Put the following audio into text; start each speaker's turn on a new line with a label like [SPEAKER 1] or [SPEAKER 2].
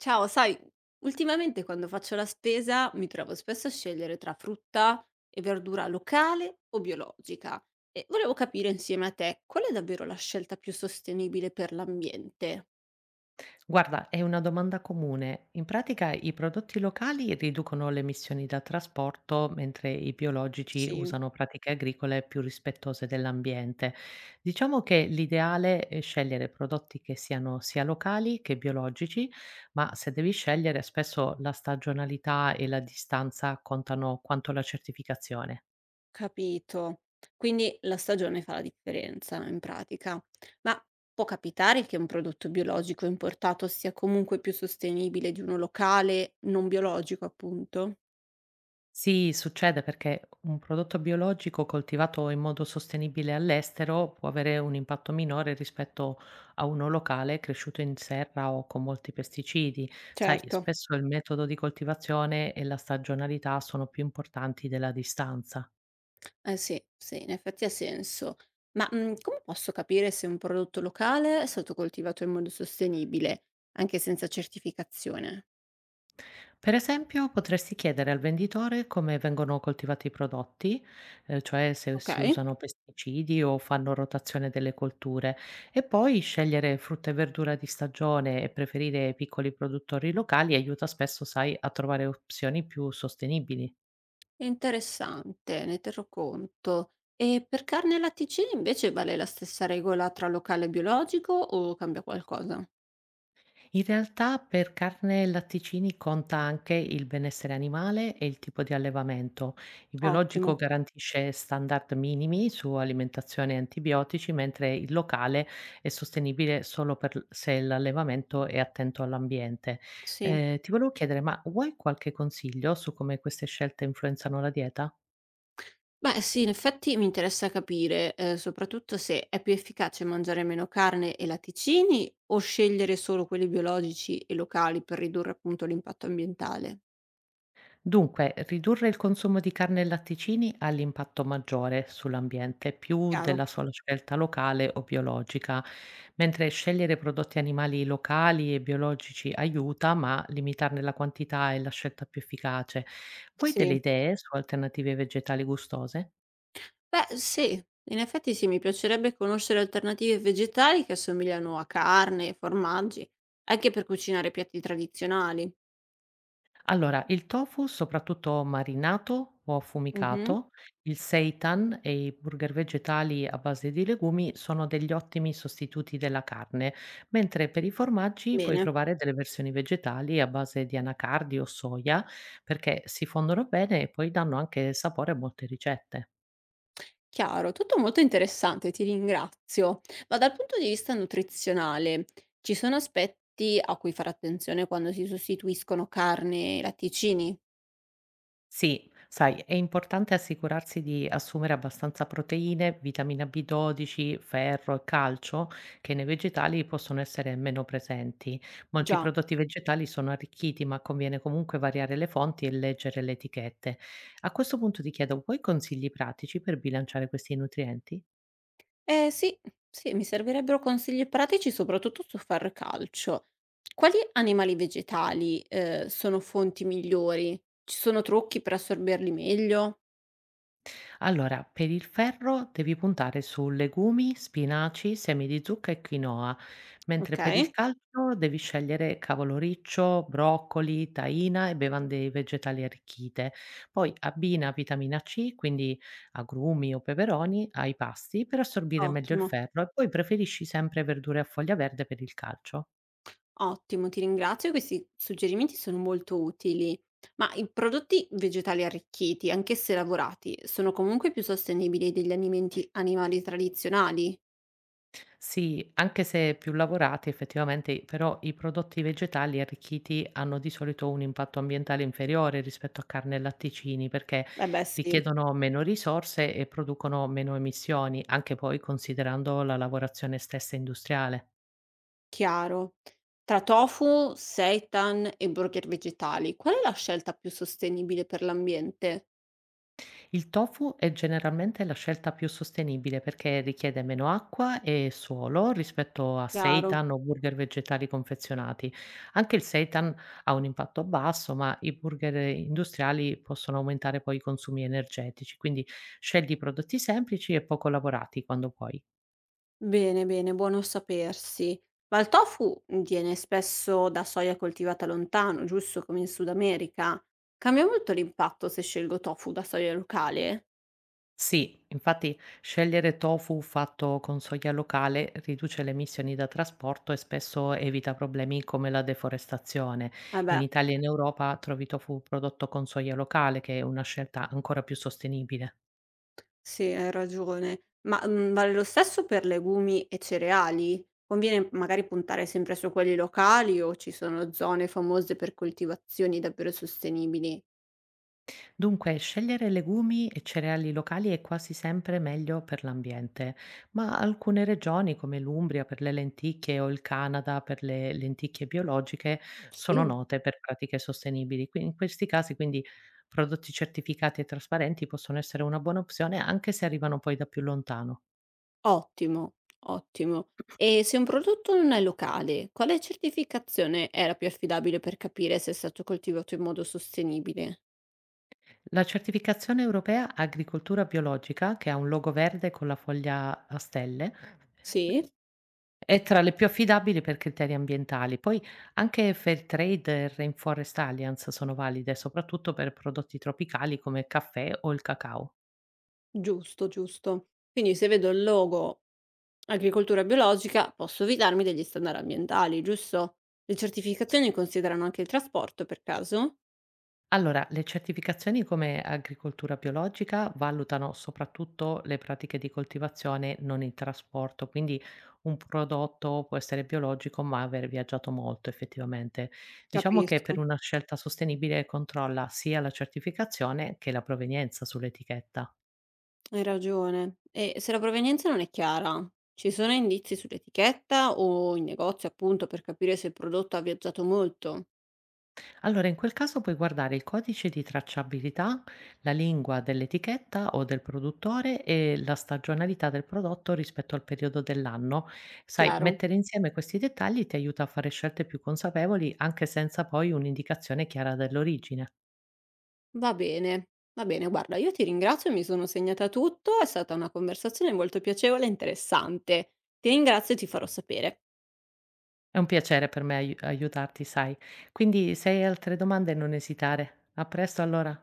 [SPEAKER 1] Ciao, sai, ultimamente quando faccio la spesa mi trovo spesso a scegliere tra frutta e verdura locale o biologica e volevo capire insieme a te qual è davvero la scelta più sostenibile per l'ambiente.
[SPEAKER 2] Guarda, è una domanda comune. In pratica i prodotti locali riducono le emissioni da trasporto, mentre i biologici
[SPEAKER 1] Sì,
[SPEAKER 2] usano pratiche agricole più rispettose dell'ambiente. Diciamo che l'ideale è scegliere prodotti che siano sia locali che biologici, ma se devi scegliere spesso la stagionalità e la distanza contano quanto la certificazione.
[SPEAKER 1] capito. Quindi la stagione fa la differenza in pratica. Ma può capitare che un prodotto biologico importato sia comunque più sostenibile di uno locale non biologico, appunto?
[SPEAKER 2] Sì, succede perché un prodotto biologico coltivato in modo sostenibile all'estero può avere un impatto minore rispetto a uno locale cresciuto in serra o con molti pesticidi. Sai,
[SPEAKER 1] Certo.
[SPEAKER 2] spesso il metodo di coltivazione e la stagionalità sono più importanti della distanza.
[SPEAKER 1] Eh sì, sì, in effetti ha senso. Ma, come posso capire se un prodotto locale è stato coltivato in modo sostenibile, anche senza certificazione?
[SPEAKER 2] Per esempio, potresti chiedere al venditore come vengono coltivati i prodotti, cioè se si
[SPEAKER 1] Ok?
[SPEAKER 2] usano pesticidi o fanno rotazione delle colture, e poi scegliere frutta e verdura di stagione e preferire piccoli produttori locali aiuta spesso, sai, a trovare opzioni più sostenibili.
[SPEAKER 1] Interessante, ne terrò conto. E per carne e latticini invece vale la stessa regola tra locale e biologico o cambia qualcosa?
[SPEAKER 2] In realtà per carne e latticini conta anche il benessere animale e il tipo di allevamento. Il
[SPEAKER 1] Ottimo,
[SPEAKER 2] biologico garantisce standard minimi su alimentazione e antibiotici, mentre il locale è sostenibile se l'allevamento è attento all'ambiente.
[SPEAKER 1] sì.
[SPEAKER 2] Ti volevo chiedere, ma vuoi qualche consiglio su come queste scelte influenzano la dieta?
[SPEAKER 1] Beh sì, in effetti mi interessa capire, soprattutto se è più efficace mangiare meno carne e latticini o scegliere solo quelli biologici e locali per ridurre appunto l'impatto ambientale.
[SPEAKER 2] Dunque, ridurre il consumo di carne e latticini ha l'impatto maggiore sull'ambiente, più
[SPEAKER 1] Chiaro?
[SPEAKER 2] della sola scelta locale o biologica, mentre scegliere prodotti animali locali e biologici aiuta, ma limitarne la quantità è la scelta più efficace. Vuoi delle
[SPEAKER 1] Sì.
[SPEAKER 2] idee su alternative vegetali gustose?
[SPEAKER 1] Beh sì, in effetti sì, mi piacerebbe conoscere alternative vegetali che assomigliano a carne, e formaggi, anche per cucinare piatti tradizionali.
[SPEAKER 2] Allora, il tofu, soprattutto marinato o
[SPEAKER 1] Mh-mh.
[SPEAKER 2] affumicato, il seitan e i burger vegetali a base di legumi sono degli ottimi sostituti della carne, mentre per i formaggi puoi
[SPEAKER 1] Bene.
[SPEAKER 2] provare delle versioni vegetali a base di anacardi o soia, perché si fondono bene e poi danno anche sapore a molte ricette.
[SPEAKER 1] Chiaro, tutto molto interessante, ti ringrazio. Ma dal punto di vista nutrizionale, ci sono aspetti a cui fare attenzione quando si sostituiscono carne e latticini?
[SPEAKER 2] Sì, sai, è importante assicurarsi di assumere abbastanza proteine, vitamina B12, ferro e calcio, che nei vegetali possono essere meno presenti. Molti
[SPEAKER 1] Già,
[SPEAKER 2] prodotti vegetali sono arricchiti, ma conviene comunque variare le fonti e leggere le etichette. A questo punto ti chiedo, vuoi consigli pratici per bilanciare questi nutrienti?
[SPEAKER 1] eh sì, sì, mi servirebbero consigli pratici soprattutto su far calcio. Quali animali vegetali, sono fonti migliori? Ci sono trucchi per assorberli meglio?
[SPEAKER 2] Allora, per il ferro devi puntare su legumi, spinaci, semi di zucca e quinoa,
[SPEAKER 1] Ok,
[SPEAKER 2] mentre per il calcio devi scegliere cavolo riccio, broccoli, taina e bevande vegetali arricchite. Poi abbina vitamina C, quindi agrumi o peperoni, ai pasti per assorbire meglio il
[SPEAKER 1] ottimo.
[SPEAKER 2] ferro e poi preferisci sempre verdure a foglia verde per il calcio.
[SPEAKER 1] Ottimo, ti ringrazio, questi suggerimenti sono molto utili. Ma i prodotti vegetali arricchiti, anche se lavorati, sono comunque più sostenibili degli alimenti animali tradizionali?
[SPEAKER 2] Sì, anche se più lavorati effettivamente, però i prodotti vegetali arricchiti hanno di solito un impatto ambientale inferiore rispetto a carne e latticini perché
[SPEAKER 1] Eh beh, sì,
[SPEAKER 2] richiedono meno risorse e producono meno emissioni, anche poi considerando la lavorazione stessa industriale.
[SPEAKER 1] chiaro. Tra tofu, seitan e burger vegetali, qual è la scelta più sostenibile per l'ambiente?
[SPEAKER 2] Il tofu è generalmente la scelta più sostenibile perché richiede meno acqua e suolo rispetto a
[SPEAKER 1] Chiaro.
[SPEAKER 2] seitan o burger vegetali confezionati. Anche il seitan ha un impatto basso, ma i burger industriali possono aumentare poi i consumi energetici, quindi scegli prodotti semplici e poco lavorati quando puoi.
[SPEAKER 1] Bene, bene, buono sapersi. Ma il tofu viene spesso da soia coltivata lontano, giusto come in Sud America. Cambia molto l'impatto se scelgo tofu da soia locale?
[SPEAKER 2] Sì, infatti scegliere tofu fatto con soia locale riduce le emissioni da trasporto e spesso evita problemi come la deforestazione.
[SPEAKER 1] Eh
[SPEAKER 2] In
[SPEAKER 1] beh,
[SPEAKER 2] Italia e in Europa trovi tofu prodotto con soia locale, che è una scelta ancora più sostenibile.
[SPEAKER 1] sì, hai ragione. Ma vale lo stesso per legumi e cereali? Conviene magari puntare sempre su quelli locali o ci sono zone famose per coltivazioni davvero sostenibili?
[SPEAKER 2] Dunque, scegliere legumi e cereali locali è quasi sempre meglio per l'ambiente, ma alcune regioni come l'Umbria per le lenticchie o il Canada per le lenticchie biologiche sono
[SPEAKER 1] Sì.
[SPEAKER 2] note per pratiche sostenibili. Quindi in questi casi, quindi prodotti certificati e trasparenti possono essere una buona opzione anche se arrivano poi da più lontano.
[SPEAKER 1] Ottimo, ottimo. E se un prodotto non è locale, quale certificazione è la più affidabile per capire se è stato coltivato in modo sostenibile?
[SPEAKER 2] La certificazione europea Agricoltura biologica, che ha un logo verde con la foglia a stelle,
[SPEAKER 1] Sì,
[SPEAKER 2] è tra le più affidabili per criteri ambientali. Poi anche Fairtrade e Rainforest Alliance sono valide, soprattutto per prodotti tropicali come il caffè o il cacao.
[SPEAKER 1] giusto, giusto. Quindi se vedo il logo agricoltura biologica, posso fidarmi degli standard ambientali, giusto? Le certificazioni considerano anche il trasporto, per caso?
[SPEAKER 2] Allora, le certificazioni come agricoltura biologica valutano soprattutto le pratiche di coltivazione, non il trasporto, quindi un prodotto può essere biologico ma aver viaggiato molto effettivamente. Diciamo che per
[SPEAKER 1] Capisco.
[SPEAKER 2] una scelta sostenibile controlla sia la certificazione che la provenienza sull'etichetta.
[SPEAKER 1] Hai ragione. E se la provenienza non è chiara, ci sono indizi sull'etichetta o in negozio, appunto, per capire se il prodotto ha viaggiato molto?
[SPEAKER 2] Allora, in quel caso puoi guardare il codice di tracciabilità, la lingua dell'etichetta o del produttore e la stagionalità del prodotto rispetto al periodo dell'anno. Sai,
[SPEAKER 1] Chiaro,
[SPEAKER 2] mettere insieme questi dettagli ti aiuta a fare scelte più consapevoli anche senza poi un'indicazione chiara dell'origine.
[SPEAKER 1] va bene, va bene. Guarda, io ti ringrazio, mi sono segnata tutto, è stata una conversazione molto piacevole e interessante. Ti ringrazio e ti farò sapere.
[SPEAKER 2] È un piacere per me aiutarti, sai. Quindi, se hai altre domande, non esitare. A presto allora.